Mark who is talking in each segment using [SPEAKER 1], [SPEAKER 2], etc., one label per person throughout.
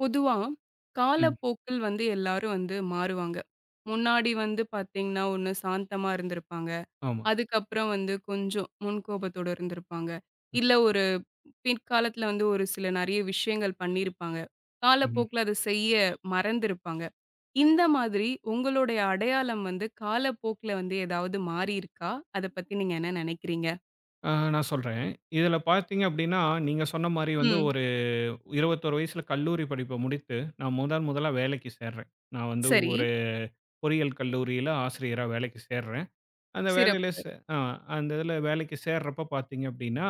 [SPEAKER 1] பொதுவா,
[SPEAKER 2] ம்.
[SPEAKER 1] காலப்போக்கில் வந்து எல்லாரும் வந்து மாறுவாங்க. முன்னாடி வந்து பார்த்தீங்கன்னா, ஒண்ணு சாந்தமா இருந்திருப்பாங்க.
[SPEAKER 2] ஆமா.
[SPEAKER 1] அதுக்கப்புறம் வந்து கொஞ்சம் முன்கோபத்தோட இருந்திருப்பாங்க.
[SPEAKER 2] ம்.
[SPEAKER 1] இல்ல ஒரு பிற்காலத்துல வந்து ஒரு சில நெறைய விஷயங்கள் பண்ணியிருப்பாங்க.
[SPEAKER 2] ம்ஹ்ம்.
[SPEAKER 1] காலப்போக்குல அத செய்ய மறந்திருப்பாங்க. இந்த மாதிரி உங்களுடைய அடையாளம் வந்து காலப்போக்குல வந்து ஏதாவது மாறியிருக்கா? அத பத்தி நீங்க என்ன நெனைக்கிறீங்க?
[SPEAKER 2] நான் சொல்றேன். இதில பார்த்தீங்க அப்டின்னா, நீங்க சொன்ன மாரி வந்து
[SPEAKER 1] ம்.
[SPEAKER 2] ஒரு 21 வயசுல கல்லூரி படிப்ப முடித்து, நான் முதன் முதலா வேலைக்கு சேர்றேன். நான் வந்து
[SPEAKER 1] சரி.
[SPEAKER 2] ஒரு பொறியியல் கல்லூரியில ஆசிரியரா வேலைக்கு சேர்றேன். அந்த வேலையில
[SPEAKER 1] சிறப்பு.
[SPEAKER 2] சே ஆ அந்த இதில வேலைக்கு சேர்றப்ப பார்த்தீங்க அப்டின்னா,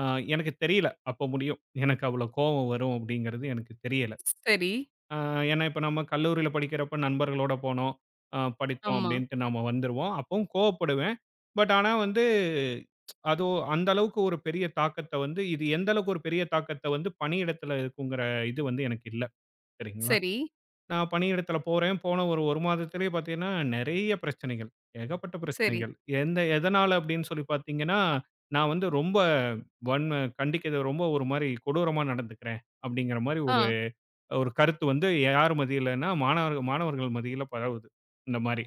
[SPEAKER 2] ஆ எனக்கு தெரியல. அப்ப முடியும். எனக்கு அவ்வளோ கோவம் வரும் அப்டிங்கிறது எனக்கு தெரியல.
[SPEAKER 1] சரி.
[SPEAKER 2] அ ஏன்னா, இப்ப நம்ம கல்லூரியில படிக்கிறப்ப நண்பர்களோட போனோம். படித்தோம்
[SPEAKER 1] ஆமா.
[SPEAKER 2] அப்படின்ட்டு நாம வந்துருவோம். அப்பவும் கோவப்படுவேன். பட் ஆனா வந்து அந்த அளவுக்கு ஒரு பெரிய தாக்கத்த வந்து இது எந்த அளவுக்கு ஒரு பெரிய தாக்கத்த வந்து பணியிடத்துல இருக்குங்கிற இது வந்து எனக்கு இல்ல. சரிங்களா?
[SPEAKER 1] சரி,
[SPEAKER 2] நான் பணியிடத்துல போறேன். போன ஒரு 1 மாதத்திலேயே பார்த்தீங்கன்னா, நெறைய பிரச்சனைகள். ஏகப்பட்ட
[SPEAKER 1] சரி.
[SPEAKER 2] பிரச்சனைகள். எந்த எதனால அப்படின்னு சொல்லி பார்த்தீங்கன்னா, நான் வந்து ரொம்ப வன்ம கண்டிக்கிறது ரொம்ப ஒரு மாரி கொடூரமா நடந்துக்கிறேன் அப்படிங்கிற மாரி
[SPEAKER 1] ஆ.
[SPEAKER 2] ஒரு ஒரு கருத்து வந்து யார் மத்தியிலன்னா, மாணவர்கள் மத்தியில பரவுது. இந்த மாரி,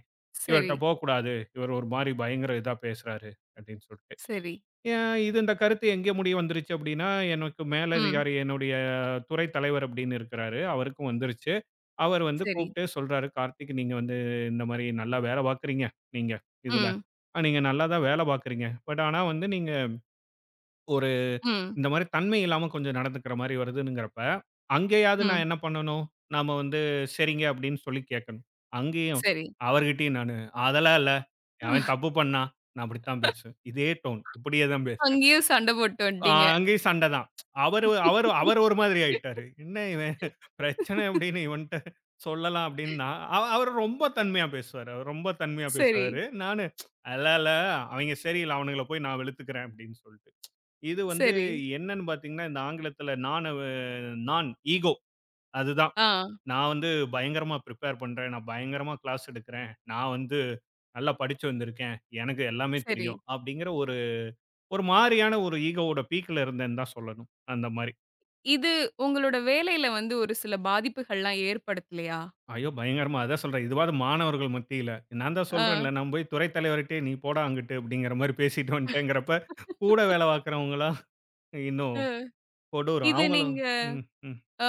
[SPEAKER 2] "இவர்ட்ட
[SPEAKER 1] சரி.
[SPEAKER 2] போக்கூடாது. இவர் ஒரு மாரி பயங்கர இதா பேசுறாரு." அப்படின்னு சொல்ட்டு.
[SPEAKER 1] சரி.
[SPEAKER 2] ஏன் இது இந்த கருத்து எங்கே முடிய வந்துருச்சு அப்படின்னா, எனக்கு
[SPEAKER 1] ம்.
[SPEAKER 2] மேலதிகாரி என்னுடைய துறை தலைவர் அப்படின்னு இருக்கிறாரு. அவருக்கும் வந்துருச்சு. அவர் வந்து
[SPEAKER 1] சரி.
[SPEAKER 2] கூப்பிட்டு சொல்றாரு, "கார்த்திக், நீங்க வந்து இந்த மாரி நல்லா வேலை பார்க்குறீங்க, நீங்க இதுல.
[SPEAKER 1] ம்.
[SPEAKER 2] நீங்க நல்லா தான் வேலை பார்க்குறீங்க. பட் ஆனா வந்து நீங்க"
[SPEAKER 1] ம்.
[SPEAKER 2] இந்த மாரி தன்மை இல்லாம கொஞ்சம் நடந்துக்கிற மாரி வருதுங்கிறப்ப, அங்கேயாவது நான்
[SPEAKER 1] ம்.
[SPEAKER 2] என்ன பண்ணணும்? நாம வந்து சரிங்க அப்படின்னு சொல்லி கேட்கணும். அங்கேயும்
[SPEAKER 1] சரி.
[SPEAKER 2] அவர்கிட்டயும் நானு, "அதெல்லாம் இல்ல. அவன் தப்பு பண்ணான். நான் அப்படித்தான் பேசுவேன்." இதே டோன். இப்படியே தான் பேசுவேன்.
[SPEAKER 1] அங்கேயும் சண்டை போட்டு
[SPEAKER 2] அ
[SPEAKER 1] வந்துட்டீங்க.
[SPEAKER 2] அங்கேயும் சண்டை தான். அவரு அவரு அவர் ஒரு மாதிரி ஆயிட்டாரு. "என்ன இவன் பிரச்சனை அப்படின்னு இவன்ட்ட சொல்லலாம்." அப்படின்னா, அவரு ரொம்ப தன்மையா பேசுவாரு. அவரு ரொம்ப தன்மையா
[SPEAKER 1] சரி,
[SPEAKER 2] பேசுவாரு. நானு, "அதெல்லாம் இல்ல. அவய்ங்க சரியில்ல. அவனுங்கள போய் நான் வெளுத்துக்கிறேன்." அப்படின்னு சொல்லிட்டு. இது வந்து
[SPEAKER 1] சரி.
[SPEAKER 2] என்னன்னு பார்த்தீங்கன்னா, இந்த ஆங்கிலத்தில நான் நான் ஈகோ அதுதான்.
[SPEAKER 1] ஆ.
[SPEAKER 2] நான் வந்து பயங்கரமா பிரிப்பேர் பண்றேன். நான் பயங்கரமா கிளாஸ் எடுக்கிறேன். நான் வந்து நல்லா படிச்சு வந்திருக்கேன். எனக்கு எல்லாமே
[SPEAKER 1] சரி.
[SPEAKER 2] தெரியும். அப்படிங்கிற ஒரு ஒரு மாரியான ஒரு ஈகோவோட பீக்ல இருந்தேன்னு தான் சொல்லணும். அந்த மாரி.
[SPEAKER 1] இது உங்களோட வேலையில வந்து ஒரு சில பாதிப்புகள்லாம் ஏற்படுத்தலையா?
[SPEAKER 2] ஐயோ! பயங்கரமா அதான் சொல்றேன். இதுவாவது மாணவர்கள் மத்தியில. நான் தான் சொல்றேன்ல,
[SPEAKER 1] ஆ,
[SPEAKER 2] நான் போய் துறை தலைவர்ட்டயே "நீ போடா அங்கிட்டு" அப்படிங்கிற மாரி பேசிட்டு வந்துட்டேங்கிறப்ப, கூட வேலை பார்க்கிறவங்கலாம் இன்னும்
[SPEAKER 1] அ.
[SPEAKER 2] கொடூரம்.
[SPEAKER 1] இது
[SPEAKER 2] அவங்களும்
[SPEAKER 1] நீங்க
[SPEAKER 2] ம். ம்.
[SPEAKER 1] அ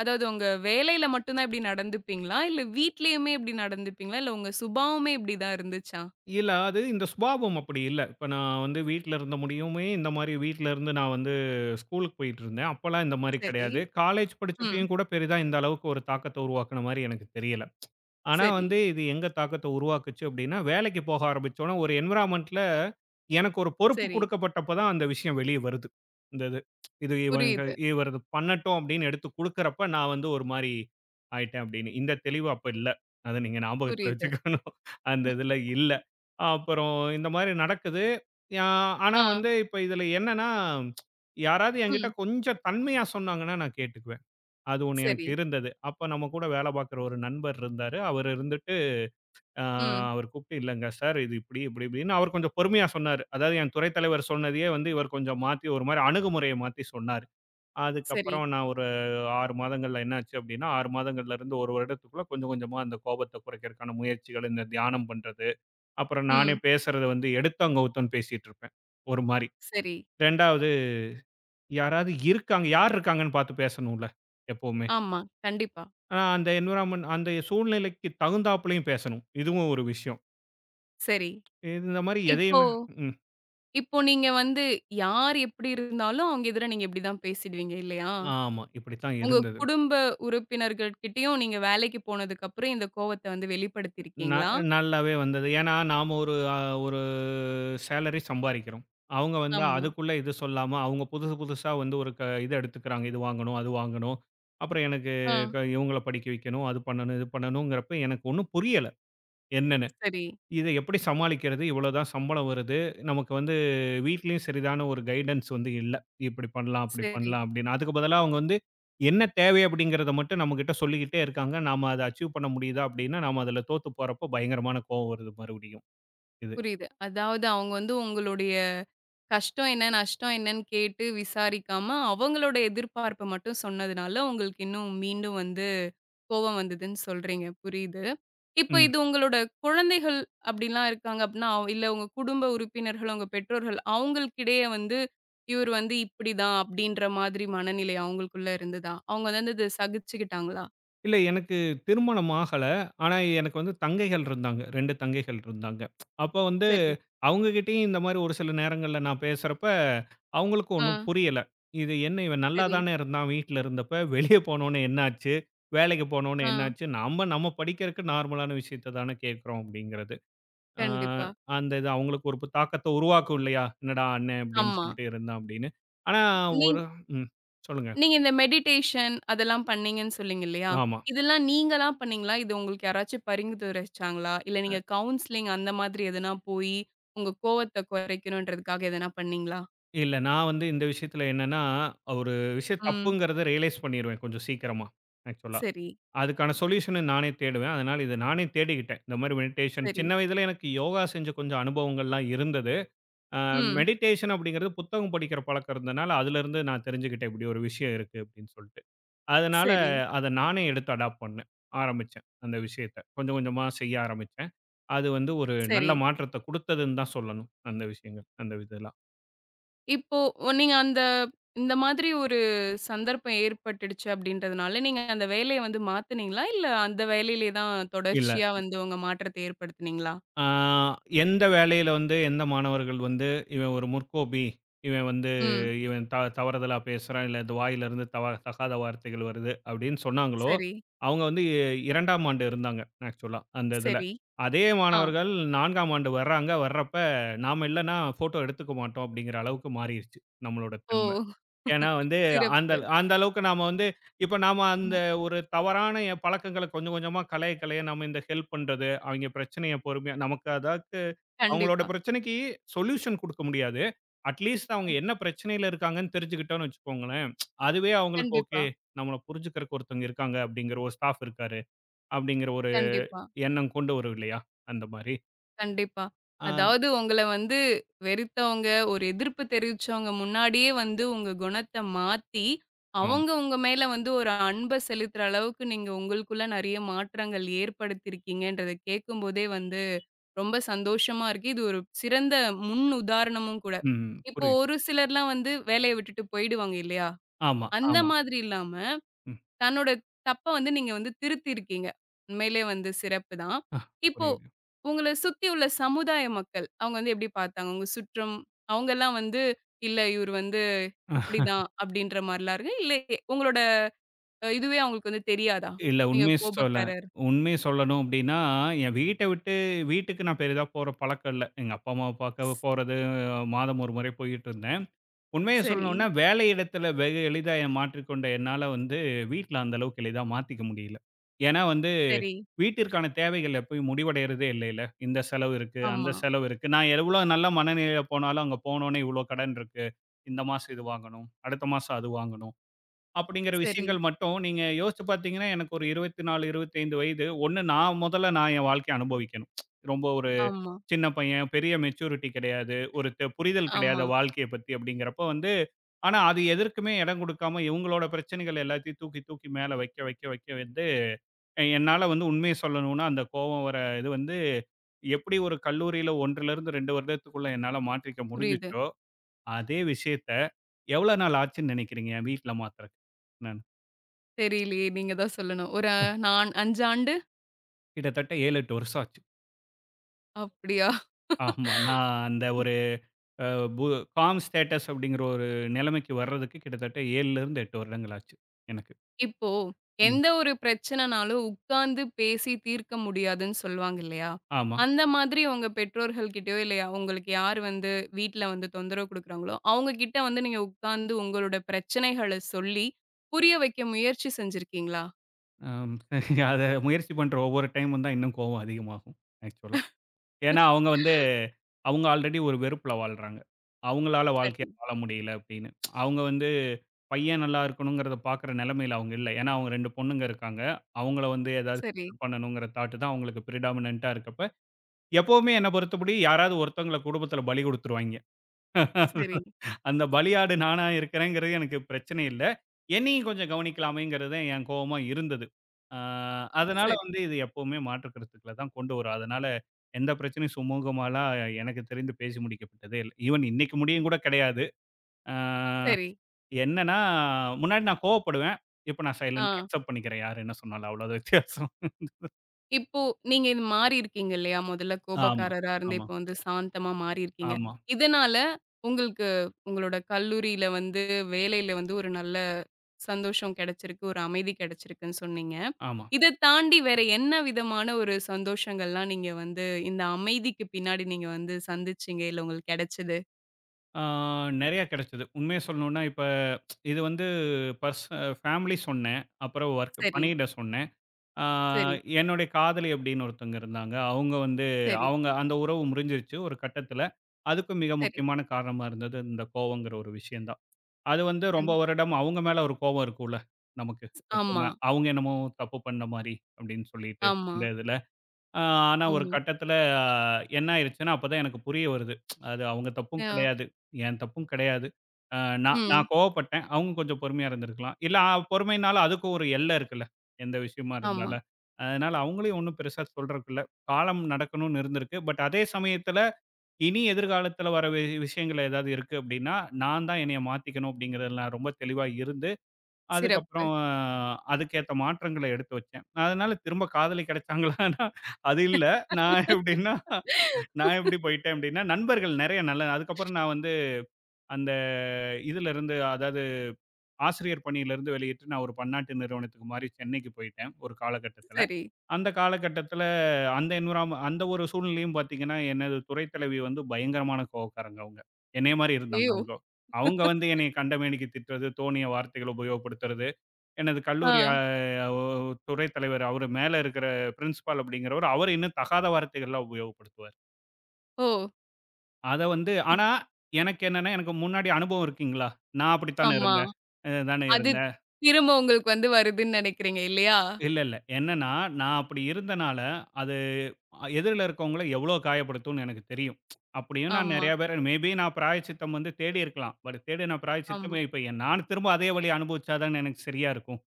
[SPEAKER 1] அதாவது உங்க வேலையில மட்டும் தான் இப்படி நடந்துப்பீங்களா? இல்ல வீட்லயுமே இப்படி நடந்துப்பீங்களா? இல்ல உங்க சுபாவமே இப்படிதான் இருந்துச்சா?
[SPEAKER 2] இல்ல. அது இந்த சுபாவம் அப்படி இல்ல. இப்ப நான் வந்து வீட்ல இருந்த முடியுமே இந்த மாரி வீட்ல இருந்து நான் வந்து ஸ்கூலுக்கு போயிட்டுருந்தேன். அப்பலாம் இந்த மாரி
[SPEAKER 1] சரி.
[SPEAKER 2] கிடையாது. காலேஜ்
[SPEAKER 1] ம்.
[SPEAKER 2] படிச்சப்பயும் கூட பெரிதா இந்த அளவுக்கு ஒரு தாக்கத்த உருவாக்குன மாரி எனக்கு தெரியல. ஆனா
[SPEAKER 1] சரி,
[SPEAKER 2] வந்து இது எங்க தாக்கத்த உருவாக்குச்சு அப்படின்னா, வேலைக்கு போக ஆரம்பிச்சோன ஒரு என்விரான்மென்ட்ல எனக்கு ஒரு பொறுப்பு
[SPEAKER 1] சரி.
[SPEAKER 2] குடுக்கப்பட்டப்ப தான் அந்த விஷயம் வெளிய வருது. இந்த இது. இது இவங்க
[SPEAKER 1] புரியுது,
[SPEAKER 2] இவர் இது பண்ணட்டும் அப்படின்னு எடுத்து குடுக்குறப்ப நான் வந்து ஒரு மாரி ஆயிட்டேன் அப்படின்னு. இந்த தெளிவு அப்ப இல்ல. அத நீங்க ஞாபகத்துல
[SPEAKER 1] புரியுது.
[SPEAKER 2] வச்சுக்கணும். அந்த இதுல இல்ல. அப்புறம் இந்த மாதிரி நடக்குது. யா ஆனா
[SPEAKER 1] ஆ.
[SPEAKER 2] வந்து இப்ப இதுல என்னன்னா, யாராவது என்கிட்ட
[SPEAKER 1] ம்.
[SPEAKER 2] கொஞ்சம் தன்மையா சொன்னாங்கன்னா நான் கேட்டுக்குவேன். அது ஒண்ணு எனக்கு
[SPEAKER 1] சரி.
[SPEAKER 2] இருந்தது. அப்ப நம்ம கூட வேலை பார்க்குற ஒரு நண்பர் இருந்தாரு. அவர் இருந்துட்டு அ
[SPEAKER 1] ம்.
[SPEAKER 2] அவர் கூப்பிட்டு இல்லங்க சார் இது இப்படி, இப்படி, இப்படின்னு அவர் கொஞ்சம் பொறுமையா சொன்னாரு. அதாவது என் துறை தலைவர் சொன்னதையே வந்து இவர் கொஞ்சம் மாத்தி ஒரு மாதிரி அணுகுமுறைய மாத்தி சொன்னாரு.
[SPEAKER 1] சரி.
[SPEAKER 2] அதுக்கப்புறம் நான் ஒரு 6 மாதங்கள்ல என்னாச்சு அப்படின்னா, 6 மாதங்கள்ல இருந்து 1 வருடத்துக்குள்ள கொஞ்சம் கொஞ்சமா அந்த கோபத்த குறைக்கிறதுக்கான முயற்சிகள், இந்த தியானம் பண்றது, அப்புறம் நானே
[SPEAKER 1] ம்.
[SPEAKER 2] பேசுறத வந்து எடுத்தோம் கவுத்தோம்ன்னு பேசிட்டு இருப்பேன். ஒரு மாரி.
[SPEAKER 1] சரி.
[SPEAKER 2] 2வது, யாராவது இருக்காங்க, யார் இருக்காங்கன்னு பார்த்து பேசணும்ல எப்பவுமே.
[SPEAKER 1] ஆமா. கண்டிப்பா.
[SPEAKER 2] ஆனா அந்த என்விரான்மென்ட் அந்த சூழ்நிலைக்கு தகுந்தாப்புலயும் பேசணும். இதுவும் ஒரு விஷயம்.
[SPEAKER 1] சரி.
[SPEAKER 2] இது இந்த மாரி
[SPEAKER 1] இப்போ
[SPEAKER 2] எதையுமே ம்.
[SPEAKER 1] இப்போ நீங்க வந்து யார் எப்படி இருந்தாலும், அவங்க எதிரா நீங்க இப்படிதான் பேசிடுவீங்க இல்லையா?
[SPEAKER 2] ஆமா. இப்படித்தான்
[SPEAKER 1] உங்க
[SPEAKER 2] இருந்தது.
[SPEAKER 1] குடும்ப உறுப்பினர்கள்கிட்டயும் நீங்க வேலைக்கு போனதுக்கப்புறம் இந்த கோவத்த வந்து
[SPEAKER 2] ந
[SPEAKER 1] வெளிப்படுத்தியிருக்கீங்களா?
[SPEAKER 2] நல்லாவே வந்தது. ஏன்னா, நாம ஒரு ஒரு சேலரி சம்பாரிக்கிறோம். அவங்க வந்து
[SPEAKER 1] ஆமா.
[SPEAKER 2] அதுக்குள்ள இது சொல்லாம, அவங்க புதுசு புதுசா வந்து ஒரு இது எடுத்துக்கிறாங்க. இது வாங்கணும், அது வாங்கணும். அப்புறம் எனக்கு
[SPEAKER 1] ஆ.
[SPEAKER 2] இவங்கள படிக்க வைக்கணும், அது பண்ணணும், இது பண்ணணுங்கிறப்ப எனக்கு ஒண்ணும் புரியல. என்ன
[SPEAKER 1] சரி,
[SPEAKER 2] இத எப்படி சமாளிக்கிறது? இவ்வளோதான் சம்பளம் வருது. நமக்கு வந்து வீட்லயும் சரிதான ஒரு கைடன்ஸ் வந்து இல்ல. இப்படி பண்ணலாம், அப்படி
[SPEAKER 1] சரி.
[SPEAKER 2] பண்ணலாம் அப்படின்னு. அதுக்கு பதிலா அவங்க வந்து என்ன தேவை அப்படிங்கிறத மட்டும் நம்மகிட்ட சொல்லிக்கிட்டே இருக்காங்க. நாம அத அச்சீவ் பண்ண முடியுதா அப்படின்னா, நாம அதுல தோத்து போறப்போ பயங்கரமான கோவம் வருது மறுபடியும் இது.
[SPEAKER 1] புரியுது. அதாவது அவங்க வந்து உங்களுடைய கஷ்டம் என்ன, நஷ்டம் என்னன்னு கேட்டு விசாரிக்காம, அவங்களோட எதிர்பார்ப்ப மட்டும் சொன்னதுனால, உங்களுக்கு இன்னும் மீண்டும் வந்து கோவம் வந்ததுன்னு சொல்றீங்க. புரியுது. இப்ப இது உங்களோட குழந்தைகள் அப்படிலாம் இருக்காங்க அப்படின்னா, இல்ல உங்க குடும்ப உறுப்பினர்கள், உங்க பெற்றோர்கள் அவங்களுக்கிடையே வந்து, இவர் வந்து இப்படிதான் அப்படின்ற மாதிரி மனநிலை அவங்களுக்குள்ள இருந்ததா? அவங்க வந்து அத சகிச்சுக்கிட்டாங்களா?
[SPEAKER 2] இல்ல எனக்கு திருமணம் ஆகல. ஆனா எனக்கு வந்து தங்கைகள் இருந்தாங்க. 2 தங்கைகள் இருந்தாங்க. அப்ப வந்து
[SPEAKER 1] சரி.
[SPEAKER 2] அவங்க கிட்டயும் இந்த மாரி ஒரு சில நேரங்கள்ல நான் பேசுறப்ப, அவங்களுக்கும்
[SPEAKER 1] ஆ.
[SPEAKER 2] ஒண்ணும் புரியல. இது என்ன இவன் நல்லா
[SPEAKER 1] சரி.
[SPEAKER 2] தானே இருந்தான் வீட்ல இருந்தப்ப, வெளிய போனோனே என்னாச்சு? வேலைக்கு போனோனே
[SPEAKER 1] ஆ.
[SPEAKER 2] என்னாச்சு? நம்ம நம்ம படிக்கிறதுக்கு நார்மலான விஷயத்த தானே கேட்கிறோம் அப்படிங்கிறது. ஆ
[SPEAKER 1] கண்டிப்பா.
[SPEAKER 2] அந்த இது அவங்களுக்கு ஒரு தாக்கத்த உருவாக்கும் இல்லையா? என்னடா அண்ணன் அப்படின்னு
[SPEAKER 1] ஆமா.
[SPEAKER 2] சொல்லிட்டு இருந்தான் அப்படின்னு. ஆனா
[SPEAKER 1] நீ
[SPEAKER 2] ஒரு ம். சொல்லுங்க.
[SPEAKER 1] நீங்க இந்த மெடிடேஷன் அதெல்லாம் பண்ணீங்கன்னு சொன்னீங்க இல்லையா?
[SPEAKER 2] ஆமா.
[SPEAKER 1] இதெல்லாம் நீங்களா பண்ணீங்களா? இது உங்களுக்கு யாராச்சும் பரிந்துரைச்சாங்களா? இல்ல நீங்க கவுன்சிலிங் அந்த மாதிரி எதுனா போயி, உங்க கோவத்த குறைக்கணுன்றதுக்காக எதனா பண்ணீங்களா?
[SPEAKER 2] இல்ல. நான் வந்து இந்த விஷயத்துல என்னன்னா, ஒரு விஷயம்
[SPEAKER 1] ம்.
[SPEAKER 2] தப்புங்கிறத ரியலைஸ் பண்ணிருவேன் கொஞ்சம் சீக்கிரமா, ஆக்சுவலா.
[SPEAKER 1] சரி,
[SPEAKER 2] அதுக்கான சொல்யூஷன நானே தேடுவேன். அதனால இத நானே தேடிக்கிட்டேன். இந்த மாரி மெடிடேஷன்
[SPEAKER 1] சரி.
[SPEAKER 2] சின்ன வயதில எனக்கு யோகா செஞ்ச கொஞ்சம் அனுபவங்கள்லாம் இருந்தது. அ
[SPEAKER 1] ம்.
[SPEAKER 2] மெடிடேஷன் அப்படிங்கிறது புத்தகம் படிக்கிற பழக்கம் இருந்தனால, அதுலருந்து நான் தெரிஞ்சுக்கிட்டேன் இப்படி ஒரு விஷயம் இருக்கு அப்படின்னு சொல்லிட்டு. அதனால
[SPEAKER 1] சரி,
[SPEAKER 2] அத நானே எடுத்து அடாப்ட் பண்ணேன். ஆரம்பிச்சேன் அந்த விஷயத்த. கொஞ்சம் கொஞ்சமா செய்ய ஆரம்பிச்சேன். அது வந்து ஒரு நல்ல
[SPEAKER 1] சரி.
[SPEAKER 2] மாற்றத்த குடுத்ததுன்னு தான் சொல்லணும். அந்த விஷயங்கள், அந்த இதெல்லாம்.
[SPEAKER 1] இப்போ நீங்க அந்த இந்த மாதிரி ஒரு சந்தர்ப்பம் ஏற்பட்டுடுச்சு அப்படின்றதுனால, நீங்க அந்த வேலைய வந்து மாத்துனீங்களா? இல்ல அந்த வேலையிலேயே தான் தொடர்ச்சியா வந்து உங்க மாற்றத்த ஏற்படுத்துனீங்களா?
[SPEAKER 2] ஆ, எந்த வேலையில வந்து எந்த மாணவர்கள் வந்து, இவன் ஒரு முற்கோபி, இவன் வந்து
[SPEAKER 1] ம்.
[SPEAKER 2] இவன் தவறுதலா பேசுறான், இல்ல இந்த வாயிலிருந்து தகாத வார்த்தைகள் வருது அப்படின்னு சொன்னாங்களோ,
[SPEAKER 1] சரி,
[SPEAKER 2] அவங்க வந்து 2ஆம் ஆண்டு இருந்தாங்க ஆக்சுவலா அந்த இதுல.
[SPEAKER 1] சரி.
[SPEAKER 2] அதே
[SPEAKER 1] ஆ.
[SPEAKER 2] மாணவர்கள் 4ஆம் ஆண்டு வர்றாங்க, வர்றப்ப நாம இல்லன்னா ஃபோட்டோ எடுத்துக்க மாட்டோம் அப்படிங்கிற அளவுக்கு மாறிருச்சு நம்மளோட
[SPEAKER 1] ஓ!
[SPEAKER 2] தன்மை. ஏன்னா வந்து அந்த
[SPEAKER 1] சிறப்பு.
[SPEAKER 2] அந்த அளவுக்கு நாம வந்து இப்ப நாம அந்த
[SPEAKER 1] ம்.
[SPEAKER 2] ஒரு தவறான பழக்கங்கள கொஞ்சம் கொஞ்சமா கலைய கலைய நம்ம இந்த ஹெல்ப் பண்றது, அவைங்க பிரச்சனைய பொறுமையா நமக்கு அதாக்கு அவங்களோட
[SPEAKER 1] கண்டிப்பா,
[SPEAKER 2] பிரச்சனைக்கு சொல்யூஷன் குடுக்க முடியாது. அட்லீஸ்ட் அவங்க என்ன பிரச்சனையில இருக்காங்கன்னு தெரிஞ்சுக்கிட்டோம்னு வச்சுக்கோங்களேன், அதுவே அவங்களுக்கு ஓகே.
[SPEAKER 1] கண்டிப்பா,
[SPEAKER 2] நம்மள புரிஞ்சுக்கிறக்கு ஒருத்தவங்க இருக்காங்க அப்படிங்கிற ஒரு ஸ்டாஃப் இருக்காரு. அப்படிங்கிற ஒரு
[SPEAKER 1] கண்டிப்பா,
[SPEAKER 2] எண்ணம் கொண்டு வரும் இல்லையா? அந்த மாரி.
[SPEAKER 1] கண்டிப்பா.
[SPEAKER 2] ஆ.
[SPEAKER 1] அதாவது உங்கள வந்து வெறுத்தவங்க, ஒரு எதிர்ப்பு தெரிவிச்சவங்க முன்னாடியே வந்து உங்க குணத்த மாத்தி,
[SPEAKER 2] ஆமா.
[SPEAKER 1] அவங்க உங்க மேல வந்து ஒரு அன்ப செலுத்துற அளவுக்கு நீங்க உங்களுக்குள்ள நெறைய மாற்றங்கள் ஏற்படுத்தியிருக்கீங்கன்றத கேட்கும்போதே வந்து ரொம்ப சந்தோஷமா இருக்கு. இது ஒரு சிறந்த முன் உதாரணமும் கூட.
[SPEAKER 2] ம்.
[SPEAKER 1] இப்போ
[SPEAKER 2] புரியுது.
[SPEAKER 1] ஒரு சிலர்லாம் வந்து வேலைய விட்டுட்டு போயிடுவாங்க இல்லையா?
[SPEAKER 2] ஆமா,
[SPEAKER 1] அந்த
[SPEAKER 2] ஆமா.
[SPEAKER 1] மாதிரி இல்லாம
[SPEAKER 2] ம்.
[SPEAKER 1] தன்னோட தப்ப வந்து நீங்க வந்து திருத்தியிருக்கீங்க. உண்மையிலே வந்து சிறப்பு தான்.
[SPEAKER 2] ஆ,
[SPEAKER 1] இப்போ
[SPEAKER 2] புரியுது.
[SPEAKER 1] உங்கள சுத்தி உள்ள சமுதாய மக்கள், அவங்க வந்து எப்படி பார்த்தாங்க? உங்க சுற்றம், அவங்கலாம் வந்து, "இல்ல இவரு வந்து இப்படிதான்" அப்படின்ற மாரிலாம் இருக்கு. இல்ல உங்களோட இதுவே அவங்களுக்கு வந்து தெரியாதா?
[SPEAKER 2] இல்ல,
[SPEAKER 1] நீங்க கோபக்காரர்.
[SPEAKER 2] உண்மைய சொல்லணும் அப்டின்னா, என் வீட்ட விட்டு வீட்டுக்கு நான் பெரிதா போற பழக்கம் இல்ல. எங்க அப்பா, அம்மாவ பார்க்க
[SPEAKER 1] ஸ்
[SPEAKER 2] போறது மாதம் 1 முறை போயிட்டுருந்தேன். உண்மைய
[SPEAKER 1] சரி,
[SPEAKER 2] சொல்லணும்னா, வேலை இடத்துல வெகு எளிதா என் மாற்றிக்கொண்ட என்னால வந்து வீட்ல அந்த அளவுக்கு எளிதா மாத்திக்க முடியல. ஏன்னா வந்து
[SPEAKER 1] சரி.
[SPEAKER 2] வீட்டிற்கான தேவைகள் எப்பயும் முடிவடையறதே இல்லைல்ல. இந்த செலவு இருக்கு, அந்த
[SPEAKER 1] ஆமா.
[SPEAKER 2] செலவு இருக்கு. நான் எவ்வளோ நல்ல மனநிலையில போனாலும், அங்க போனோனே இவ்வளோ கடன் இருக்கு. இந்த மாசம் இது வாங்கணும், அடுத்த மாசம் அது வாங்கணும். அப்படிங்கிற
[SPEAKER 1] சரி.
[SPEAKER 2] விஷயங்கள் மட்டும் நீங்க யோசிச்சு பார்த்தீங்கன்னா, எனக்கு ஒரு 24, 25 வயது. ஒண்ணு நான் முதல்ல நான் என் வாழ்க்கைய அனுபவிக்கணும். ரொம்ப ஒரு
[SPEAKER 1] ஆமா,
[SPEAKER 2] சின்ன பையன், பெரிய மெச்சூரிட்டி கிடையாது. ஒரு புரிதல்
[SPEAKER 1] ஆமா.
[SPEAKER 2] கிடையாது வாழ்க்கைய பத்தி அப்படிங்கிறப்ப வந்து ஆனா அது எதற்குமே இடம் கொடுக்காம இவங்களோட பிரச்சனைகள் எல்லாத்தையும் தூக்கி தூக்கி மேல வைக்க வைக்க வைக்க வந்து என்னால வந்து உண்மைய சொல்லணும்னா, அந்த கோவம் வர இது வந்து எப்படி ஒரு கல்லூரியில 1லிருந்து 2 வருடத்துக்குள்ள என்னால மாற்றிக்க
[SPEAKER 1] புரியுது.
[SPEAKER 2] முடிஞ்சுச்சோ, அதே விஷயத்த எவ்வளோ நாள் ஆச்சுன்னு நினைக்கிறீங்க என் வீட்ல மாத்துறக்கு? நான்
[SPEAKER 1] தெரியலையே! நீங்க தான் சொல்லணும். ஒரு நான் 5 ஆண்டு
[SPEAKER 2] கிட்டத்தட்ட 7, 8 வருஷம் ஆச்சு.
[SPEAKER 1] அப்படியா?
[SPEAKER 2] ஆமா. நான் அந்த ஒரு அ பு காம் ஸ்டேட்டஸ் அப்படிங்கிற ஒரு நிலைமைக்கு வர்றதுக்கு கிட்டத்தட்ட 7லிருந்து 8 வருடங்கள் ஆச்சு எனக்கு.
[SPEAKER 1] இப்போ
[SPEAKER 2] ம்.
[SPEAKER 1] எந்த ஒரு பிரச்சனைனாலும் உட்கார்ந்து பேசி தீர்க்க முடியாதுன்னு சொல்லுவாங்க இல்லையா?
[SPEAKER 2] ஆமா.
[SPEAKER 1] அந்த மாதிரி உங்க பெற்றோர்கள் கிட்டயோ, இல்ல உங்களுக்கு யார் வந்து வீட்ல வந்து தொந்தரவு குடுக்குறாங்களோ, அவங்க கிட்ட வந்து நீங்க உட்கார்ந்து உங்களோட பிரச்சனைகள சொல்லி புரிய வைக்க முயற்சி செஞ்சிருக்கீங்களா?
[SPEAKER 2] அம் அத முயற்சி பண்ற ஒவ்வொரு டைமும் தான் இன்னும் கோவம் அதிகமாகும் ஆக்சுவலா. ஏன்னா அவங்க வந்து அவங்க ஆல்ரெடி ஒரு வெறுப்புல வாழ்றாங்க. அவங்களால
[SPEAKER 1] சரி,
[SPEAKER 2] வாழ்க்கைய வாழ முடியல அப்படின்னு. அவங்க வந்து பையன் நல்லா இருக்கணுங்கிறத பார்க்குற நிலைமையில அவங்க இல்ல. ஏன்னா அவங்க 2 பொண்ணுங்க இருக்காங்க. அவங்கள வந்து ஏதாவது
[SPEAKER 1] சரி,
[SPEAKER 2] செட்டில் பண்ணணுங்கிற தாட் தான் அவங்களுக்கு பிரிடாமினன்ட்டா இருக்கப்ப, எப்பவுமே என்ன பொறுத்தபடி யாராவது ஒருத்தவங்கள குடும்பத்தில பலி குடுத்துருவாய்ங்க.
[SPEAKER 1] சரி,
[SPEAKER 2] அந்த பலியாடு நானா இருக்கிறேங்கிறது எனக்கு பிரச்சனை இல்ல. என்னையும் கொஞ்சம் கவனிக்கலாமேங்கிறது தான் என் கோவமா இருந்தது. ஆ அதனால
[SPEAKER 1] சரி,
[SPEAKER 2] வந்து இது எப்பவுமே மாற்று கருத்துக்கள தான் கொண்டு வரும். அதனால எந்த பிரச்சனையும் சுமூகமாலாம் எனக்கு தெரிந்து பேசி முடிக்கப்பட்டதே இல்ல. ஈவன் இன்னைக்கு முடியும் கூட கிடையாது. ஆ
[SPEAKER 1] சரி.
[SPEAKER 2] என்னன்னா, முன்னாடி நான் கோவப்படுவேன். இப்ப நான்
[SPEAKER 1] ஆ.
[SPEAKER 2] சைலன்ட்டா அக்செப்ட் பண்ணிக்கிறேன். யார் என்ன சொன்னாலும் அவ்வளோதான் வித்தியாசம்.
[SPEAKER 1] இப்போ நீங்க இது மாறி இருக்கீங்க இல்லையா? முதல்ல
[SPEAKER 2] ஆமா,
[SPEAKER 1] கோபக்காரரா இருந்து
[SPEAKER 2] ஆமா,
[SPEAKER 1] இப்போ வந்து சாந்தமா மாறி இருக்கீங்க.
[SPEAKER 2] ஆமா,
[SPEAKER 1] இதனால உங்களுக்கு உங்களோட கல்லூரியில வந்து வேலையில வந்து ஒரு நல்ல சந்தோஷம் கிடைச்சிருக்கு. ஒரு அமைதி கிடைச்சிருக்குன்னு சொன்னீங்க.
[SPEAKER 2] ஆமா.
[SPEAKER 1] இத தாண்டி வேற என்ன விதமான ஒரு சந்தோஷங்கள்லாம் நீங்க வந்து இந்த அமைதிக்கு பின்னாடி நீங்க வந்து சந்திச்சீங்க? இல்ல உங்களுக்கு கிடைச்சது?
[SPEAKER 2] ஆ நெறைய கிடைச்சது. உண்மைய சொல்லணும்னா இப்ப இது வந்து பர்ஸ் ஃபேமிலி சொன்னேன். அப்புறம் ஒர்க்
[SPEAKER 1] சரி,
[SPEAKER 2] பணியிட சொன்னேன். ஆ
[SPEAKER 1] சரி,
[SPEAKER 2] என்னுடைய காதலி அப்படின்னு ஒருத்தவங்க இருந்தாங்க. அவங்க வந்து
[SPEAKER 1] சரி,
[SPEAKER 2] அவங்க அந்த உறவு முறிஞ்சிருச்சு ஒரு கட்டத்தில. அதுக்கும் மிக
[SPEAKER 1] சரி.
[SPEAKER 2] முக்கியமான காரணமா இருந்தது இந்த கோவங்கிற ஒரு விஷயம் தான். அது வந்து
[SPEAKER 1] கண்
[SPEAKER 2] ரொம்ப வருடம் அவங்க மேல ஒரு கோவம் இருக்கும்ல நமக்கு
[SPEAKER 1] ஆமா,
[SPEAKER 2] எப்பவுமே. அவங்க என்னமோ தப்பு பண்ண மாரி அப்படின்னு சொல்லிட்டு
[SPEAKER 1] ஆமா,
[SPEAKER 2] இந்த இதில. அ ஆனா ஒரு
[SPEAKER 1] ஆமா.
[SPEAKER 2] கட்டத்தில என்ன ஆயிருச்சுன்னா, அப்பதான் எனக்கு புரிய வருது. அது அவங்க தப்பும்
[SPEAKER 1] அ,
[SPEAKER 2] கிடையாது. என் தப்பும் கிடையாது. அ நான்
[SPEAKER 1] ம்.
[SPEAKER 2] நான் கோவப்பட்டேன். அவங்க கொஞ்சம் பொறுமையா இருந்திருக்கலாம். இல்ல பொறுமைனால அதுக்கும் ஒரு எல்லை இருக்குல்ல. எந்த விஷயமா
[SPEAKER 1] ஆமா.
[SPEAKER 2] இருந்தாலும். அதனால அவங்களையும் ஒண்ணும் பெருசா சொல்றதுக்கு இல்ல. காலம் நடக்கணும்னு இருந்திருக்கு. பட் அதே சமயத்தில இனி எதிர்காலத்தில வர விஷயங்கள் ஏதாவது இருக்கு அப்படின்னா, நான் தான் என்னைய மாத்திக்கணும் அப்படிங்கிறதுல நான் ரொம்ப தெளிவா இருந்து
[SPEAKER 1] சிறப்பு.
[SPEAKER 2] அதுக்கப்புறம் அதுக்கேத்த மாற்றங்கள எடுத்து வச்சேன். அதனால திரும்ப காதலி கிடைச்சாங்களான்னா, அது இல்ல. நான் எப்படின்னா, நான் எப்படி போயிட்டேன் அப்படின்னா, நண்பர்கள் நெறைய நல்ல அதுக்கப்புறம் நான் வந்து அந்த இதுலருந்து அதாவது ஆசிரியர் பணியிலருந்து வெளியேற்று நான் ஒரு பன்னாட்டு நிறுவனத்துக்கு மாறி சென்னைக்கு போயிட்டேன், ஒரு காலகட்டத்தில.
[SPEAKER 1] சரி.
[SPEAKER 2] அந்த காலகட்டத்தில அந்த அந்த ஒரு சூழ்நிலையும் பார்த்தீங்கன்னா, எனது துறை தலைவி வந்து பயங்கரமான கோவக்காரங்க அவங்க. என்னைய மாரி இருந்தாங்க
[SPEAKER 1] ஐயோ!
[SPEAKER 2] அவங்க. அவங்க வந்து என்னைய கண்டமேனிக்கு திட்டுறது, தோணிய வார்த்தைகள உபயோகப்படுத்துறது. எனது
[SPEAKER 1] ஆ.
[SPEAKER 2] கல்லூரி ஒ துறை தலைவர் அவரு மேல இருக்கிற பிரின்சிபால் அப்படிங்கிறவரு, அவரு இன்னும் தகாத வார்த்தைகள்லாம் உபயோகப்படுத்துவாரு.
[SPEAKER 1] ஓ!
[SPEAKER 2] அத வந்து
[SPEAKER 1] இத்
[SPEAKER 2] ஆனா எனக்கு என்னன்னா, எனக்கு முன்னாடி அனுபவம் இருக்குங்களா? நான் அப்படித்தானே
[SPEAKER 1] ஆமா.
[SPEAKER 2] இருந்தேன். தானே
[SPEAKER 1] அது
[SPEAKER 2] இருந்தேன்.
[SPEAKER 1] திரும்ப உங்களுக்கு வந்து வருதுன்னு நினைக்கிறீங்க இல்லையா?
[SPEAKER 2] இல்ல, இல்ல. என்னன்னா, நான் அப்படி இருந்தனால, அது எதிர்ல இருக்கவங்கள எவ்வளோ காயப்படுத்தும்னு எனக்கு தெரியும். அப்படியும் நான்
[SPEAKER 1] ஆமா,
[SPEAKER 2] நெறைய பேர மேபி நான் பிராயச்சித்தம் வந்து தேடி இருக்கலாம். பட் தேடின பிராயச்சித்தம்
[SPEAKER 1] ஆமா.
[SPEAKER 2] இப்ப நான் திரும்ப அதே வலிய அனுபவிச்சா தானே எனக்கு சரியா இருக்கும்.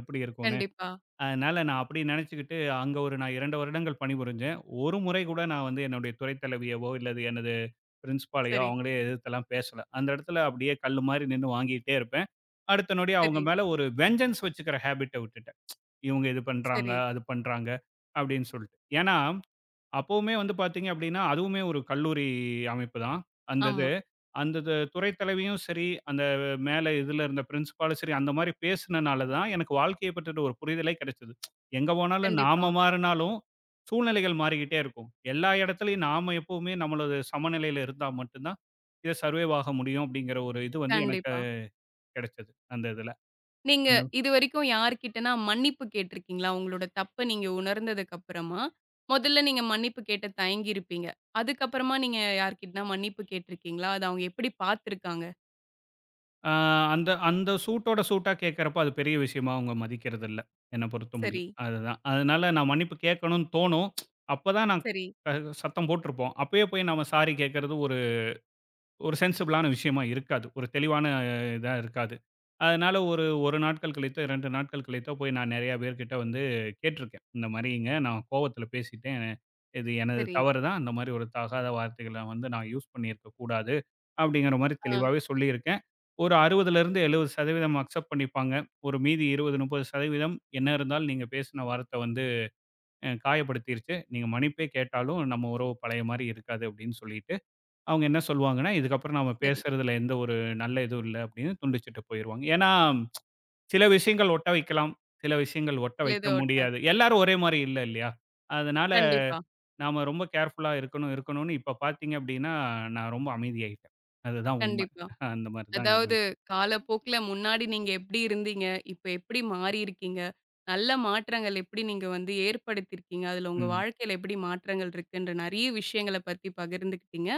[SPEAKER 2] எப்படி இருக்கும்?
[SPEAKER 1] கண்டிப்பா.
[SPEAKER 2] அதனால நான் அப்படி நினைச்சுக்கிட்டு அங்க ஒரு நான் 2 வருடங்கள் பணிபுரிஞ்சேன். ஒரு முறை கூட நான் வந்து என்னுடைய துறை தலைவியவோ, இல்லது எனது பிரின்சிபாலையோ
[SPEAKER 1] சரி,
[SPEAKER 2] அவங்களே எதிர்த்துலாம் பேசல. அந்த இடத்துல அப்படியே கல்லு மாரி நின்னு வாங்கிட்டே இருப்பேன். அடுத்த நொடி அவங்க
[SPEAKER 1] சரி,
[SPEAKER 2] மேல ஒரு வெஞ்சன்ஸ் வச்சுக்கிற ஹேபிட்ட விட்டுட்டேன். இவங்க இது பண்றாங்க,
[SPEAKER 1] சரி.
[SPEAKER 2] அது பண்றாங்க அப்படின்னு சொல்லிட்டு. ஏன்னா, அப்பவுமே வந்து பார்த்தீங்க அப்படின்னா, அதுவுமே ஒரு கல்லூரி அமைப்பு தான். அந்த இது.
[SPEAKER 1] ஆமா.
[SPEAKER 2] அந்த துறை தலைவியும் சரி, அந்த மேல இதுல இருந்த பிரின்சிபாலும் சரி, அந்த மாரி பேசுனனால தான் எனக்கு வாழ்க்கைய பற்றின ஒரு புரிதலே கிடைச்சது. எங்க போனாலும்
[SPEAKER 1] கண்டிப்பா,
[SPEAKER 2] நாம மாறுனாலும், சூழ்நிலைகள் மாறிக்கிட்டே இருக்கும். எல்லா இடத்துலயும் நாம எப்பவுமே நம்மளது சமநிலையில இருந்தா மட்டும் தான், இத சர்வைவ் ஆக முடியும் அப்படிங்கிற ஒரு இது வந்து எனக்கு
[SPEAKER 1] கண்டிப்பா.
[SPEAKER 2] கிடைச்சது. அந்த இதுல.
[SPEAKER 1] நீங்க
[SPEAKER 2] அந்த
[SPEAKER 1] இதுவரைக்கும் யார்கிட்டனா மன்னிப்பு கேட்டிருக்கீங்களா? உங்களோட தப்ப நீங்க உணர்ந்ததுக்கு அப்புறமா, முதல்ல நீங்க மன்னிப்பு கேட்ட தயங்கியிருப்பீங்க. அதுக்கப்புறமா நீங்க யார்கிட்டனா மன்னிப்பு கேட்டிருக்கீங்களா? அத அவங்க எப்படி பார்த்துருக்காங்க?
[SPEAKER 2] ஆ, அந்த அந்த சூட்டோட சூட்டா கேட்கறப்ப அது பெரிய விஷயமா அவங்க மதிக்கிறதில்ல. என்ன பொறுத்த
[SPEAKER 1] சரி,
[SPEAKER 2] முடியும். அதுதான். அதனால நான் மன்னிப்பு கேட்கணும்னு தோணும். அப்பதான் நான்
[SPEAKER 1] சரி,
[SPEAKER 2] க- சத்தம் போட்டிருப்போம். அப்பயே போய் நம்ம சாரி கேட்கறது ஒரு ஒரு சென்சிபிளான விஷயமா இருக்காது. ஒரு தெளிவான இதா இருக்காது. அதனால ஒரு 1 நாட்கள் கழித்தோ, 2 நாட்கள் கழித்தோ போய் நான் நெறைய பேர்கிட்ட வந்து கேட்டுருக்கேன். இந்த மாரிங்க நான் கோவத்தில பேசிட்டேன். இது எனது
[SPEAKER 1] சரி.
[SPEAKER 2] தவறு தான். அந்த மாரி ஒரு தகாத வார்த்தைகள வந்து நான் யூஸ் பண்ணியிருக்கக் கூடாது. அப்படிங்கிற மாரி
[SPEAKER 1] ஆ,
[SPEAKER 2] தெளிவாவே சொல்லியிருக்கேன். ஒரு 60லிருந்து 70% அக்செப்ட் பண்ணிப்பாங்க. ஒரு மீதி 20, 30% என்ன இருந்தாலும் நீங்க பேசின வார்த்தை வந்து காயப்படுத்திருச்சு. நீங்க மன்னிப்பே கேட்டாலும் நம்ம உறவு பழைய மாரி இருக்காது அப்படின்னு சொல்லிட்டேன். அவங்க என்ன சொல்லுவாங்கன்னா, "இதுக்கப்புறம் நாம
[SPEAKER 1] சரி.
[SPEAKER 2] பேசுறதுல எந்த ஒரு நல்ல இதுவும் இல்ல" அப்படின்னு துண்டிச்சுட்டு போயிருவாங்க. ஏன்னா, சில விஷயங்கள் ஒட்ட வைக்கலாம், சில விஷயங்கள் ஒட்ட
[SPEAKER 1] சில
[SPEAKER 2] வைக்க
[SPEAKER 1] இது ஓட்டாது.
[SPEAKER 2] முடியாது. எல்லாரும் ஒரே மாரி இல்ல இல்லையா? அதனால
[SPEAKER 1] கண்டிப்பா,
[SPEAKER 2] நாம ரொம்ப கேர்ஃபுல்லா இருக்கணும், இருக்கணும்னு இப்ப பார்த்தீங்க அப்படின்னா, நான் ரொம்ப அமைதியாயிட்டேன். அதுதான் உண்மை.
[SPEAKER 1] கண்டிப்பா.
[SPEAKER 2] அந்த மாரி தான்
[SPEAKER 1] அதாவது
[SPEAKER 2] இருந்துச்சு.
[SPEAKER 1] காலப்போக்குல முன்னாடி நீங்க எப்படி இருந்தீங்க? இப்ப எப்படி மாறியிருக்கீங்க? நல்ல மாற்றங்கள் எப்படி நீங்க வந்து ஏற்படுத்தியிருக்கீங்க? அதுல உங்க
[SPEAKER 2] ம்.
[SPEAKER 1] வாழ்க்கையில எப்படி மாற்றங்கள் இருக்குன்ற நெறைய விஷயங்கள பத்தி பகிர்ந்துக்கிட்டீங்க.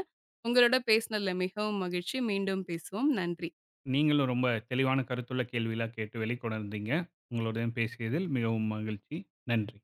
[SPEAKER 1] உங்களோட பேசினதுல மிகவும் மகிழ்ச்சி. மீண்டும் பேசுவோம். நன்றி.
[SPEAKER 2] நீங்களும் ரொம்ப தெளிவான கருத்துள்ள கேள்விலாம் கேட்டு வெளிக்கொணர்ந்தீங்க. உங்களுடன் பேசியதில் மிகவும் மகிழ்ச்சி. நன்றி.